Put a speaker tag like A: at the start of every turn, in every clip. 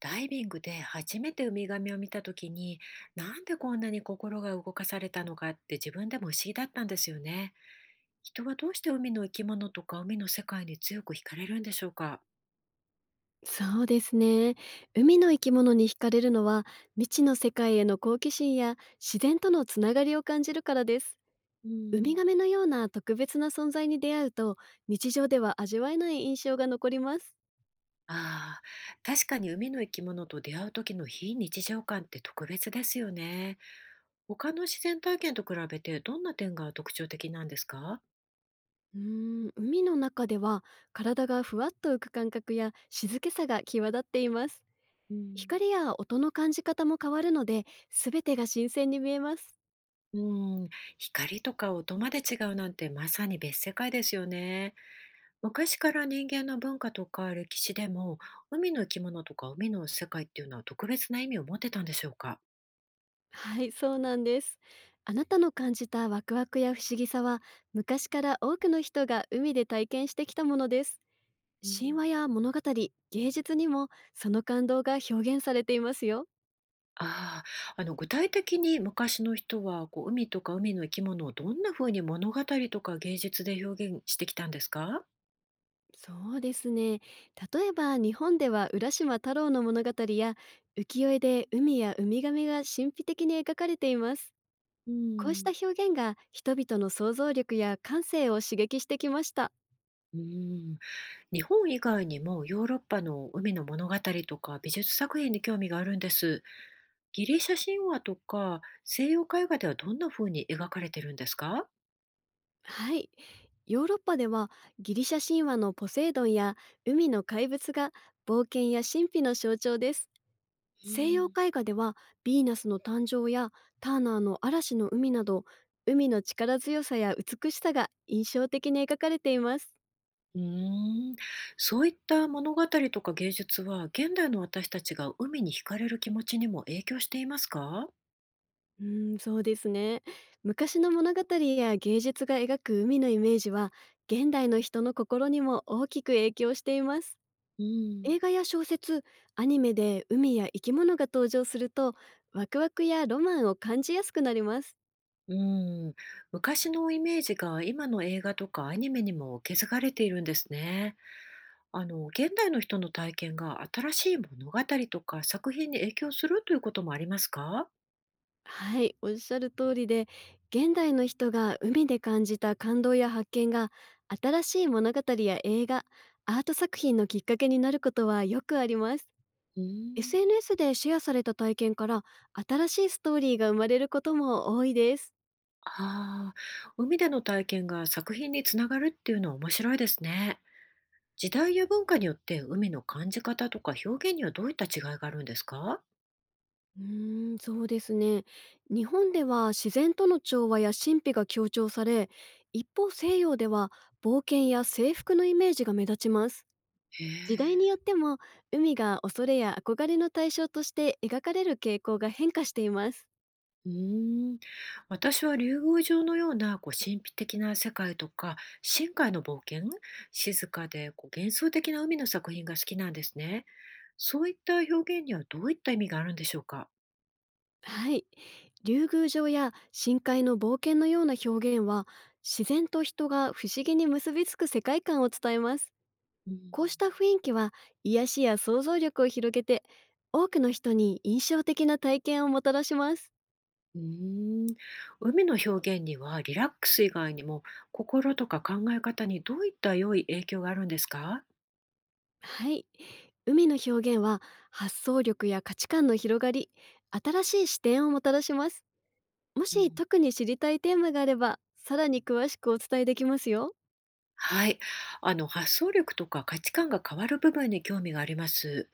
A: ダイビングで初めてウミガメを見た時になんでこんなに心が動かされたのかって自分でも不思議だったんですよね。人はどうして海の生き物とか海の世界に強く惹かれるんでしょうか？
B: そうですね。海の生き物に惹かれるのは未知の世界への好奇心や自然とのつながりを感じるからです。
A: う
B: ウミ
A: ん、
B: ガメのような特別な存在に出会うと日常では味わえない印象が残ります。
A: ああ、確かに海の生き物と出会う時の非日常感って特別ですよね。他の自然体験と比べてどんな点が特徴的なんですか？
B: うーん、海の中では体がふわっと浮く感覚や静けさが際立っています。
A: うん、
B: 光や音の感じ方も変わるので全てが新鮮に見えます。
A: うん、光とか音まで違うなんてまさに別世界ですよね。昔から人間の文化とか歴史でも海の生き物とか海の世界っていうのは特別な意味を持ってたんでしょうか？
B: はい、そうなんです。あなたの感じたワクワクや不思議さは、昔から多くの人が海で体験してきたものです。
A: う
B: 神
A: ん、
B: 話や物語、芸術にもその感動が表現されていますよ。
A: ああ、具体的に昔の人はこう海とか海の生き物をどんな風に物語とか芸術で表現してきたんですか？
B: そうですね。例えば日本では浦島太郎の物語や浮世絵で海やウミガメが神秘的に描かれています。
A: う
B: こうした
A: ん。
B: 表現が人々の想像力や感性を刺激してきました。
A: うん、日本以外にもヨーロッパの海の物語とか美術作品に興味があるんです。ギリシャ神話とか西洋絵画ではどんな風に描かれてるんですか？
B: はい。ヨーロッパではギリシャ神話のポセイドンや海の怪物が冒険や神秘の象徴です。
A: う
B: 西洋
A: ん。
B: 絵画ではヴィーナスの誕生やターナーの嵐の海など海の力強さや美しさが印象的に描かれています。
A: うーん、そういった物語とか芸術は、現代の私たちが海に惹かれる気持ちにも影響していますか？
B: うーん、そうですね。昔の物語や芸術が描く海のイメージは現代の人の心にも大きく影響しています。
A: うん、
B: 映画や小説、アニメで海や生き物が登場すると、ワクワクやロマンを感じやすくなります。
A: うん、昔のイメージが今の映画とかアニメにも受け継がれているんですね。現代の人の体験が新しい物語とか作品に影響するということもありますか？
B: はい、おっしゃる通りで、現代の人が海で感じた感動や発見が、新しい物語や映画、アート作品のきっかけになることはよくあります。
A: うーん、
B: SNS でシェアされた体験から、新しいストーリーが生まれることも多いです。
A: ああ、海での体験が作品につながるっていうのは面白いですね。時代や文化によって海の感じ方とか表現にはどういった違いがあるんですか？
B: うーん、そうですね。日本では自然との調和や神秘が強調され、一方西洋では冒険や征服のイメージが目立ちます。
A: へ
B: 時代によっ
A: え。
B: ても海が恐れや憧れの対象として描かれる傾向が変化しています。
A: うーん、私は竜宮城のような神秘的な世界とか深海の冒険、静かで幻想的な海の作品が好きなんですね。そういった表現にはどういった意味があるんでしょうか。
B: はい。竜宮城や深海の冒険のような表現は、自然と人が不思議に結びつく世界観を伝えます。
A: うん。
B: こうした雰囲気は癒しや想像力を広げて多くの人に印象的な体験をもたらします。
A: うーん、海の表現にはリラックス以外にも心とか考え方にどういった良い影響があるんですか。
B: はい。海の表現は発想力や価値観の広がり、新しい視点をもたらします。も
A: う
B: し
A: ん。
B: 特に知りたいテーマがあれば、さらに詳しくお伝えできますよ。
A: はい。発想力とか価値観が変わる部分に興味があります。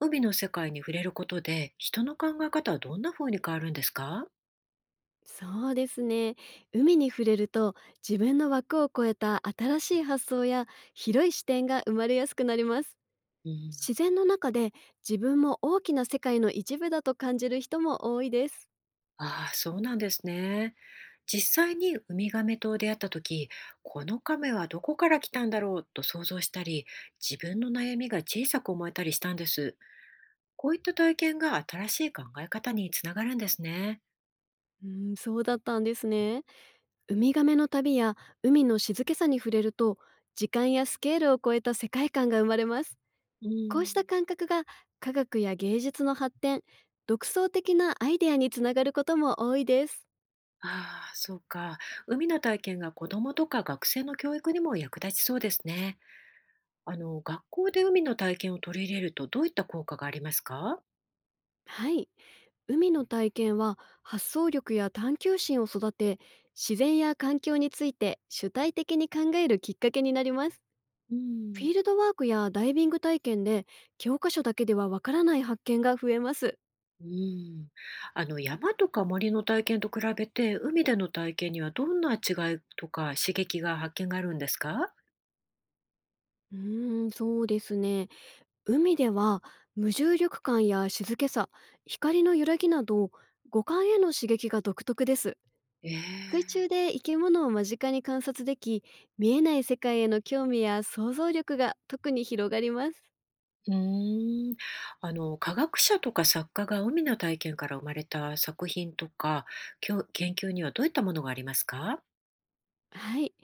A: 海の世界に触れることで、人の考え方はどんな風に変わるんですか？
B: そうですね。海に触れると自分の枠を超えた新しい発想や広い視点が生まれやすくなります。
A: うん、
B: 自然の中で自分も大きな世界の一部だと感じる人も多いです。
A: ああ、そうなんですね。実際にウミガメと出会った時、このカメはどこから来たんだろうと想像したり、自分の悩みが小さく思えたりしたんです。こういった体験が新しい考え方につながるんですね。
B: うん、そうだったんですね。ウミガメの旅や海の静けさに触れると、時間やスケールを超えた世界観が生まれます。
A: う
B: こうした
A: ん。
B: 感覚が科学や芸術の発展、独創的なアイデアにつながることも多いです。
A: ああ、そうか。海の体験が子どもとか学生の教育にも役立ちそうですね。学校で海の体験を取り入れるとどういった効果がありますか？
B: はい。海の体験は発想力や探求心を育て、自然や環境について主体的に考えるきっかけになります。
A: う
B: フ
A: ん、
B: ィールドワークやダイビング体験で教科書だけではわからない発見が増えます。
A: うん。山とか森の体験と比べて、海での体験にはどんな違いとか刺激が発見があるんですか？
B: うーん、そうですね。海では無重力感や静けさ、光の揺らぎなど五感への刺激が独特です。水
A: え
B: 中
A: え。
B: で生き物を間近に観察でき、見えない世界への興味や想像力が特に広がります。
A: うーん。科学者とか作家が海の体験から生まれた作品とか、研究にはどういったものがありますか？
B: はい。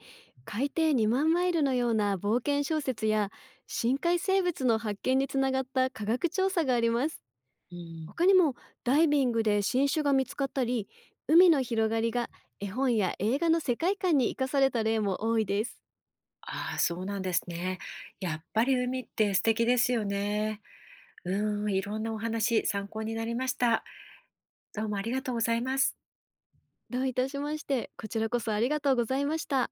B: 海底2万マイルのような冒険小説や深海生物の発見につながった科学調査があります。
A: うん。
B: 他にもダイビングで新種が見つかったり海の広がりが絵本や映画の世界観に生かされた例も多いです。
A: ああ、そうなんですね。やっぱり海って素敵ですよね。うん、いろんなお話参考になりました。どうもありがとうございます。
B: どういたしまして。こちらこそありがとうございました。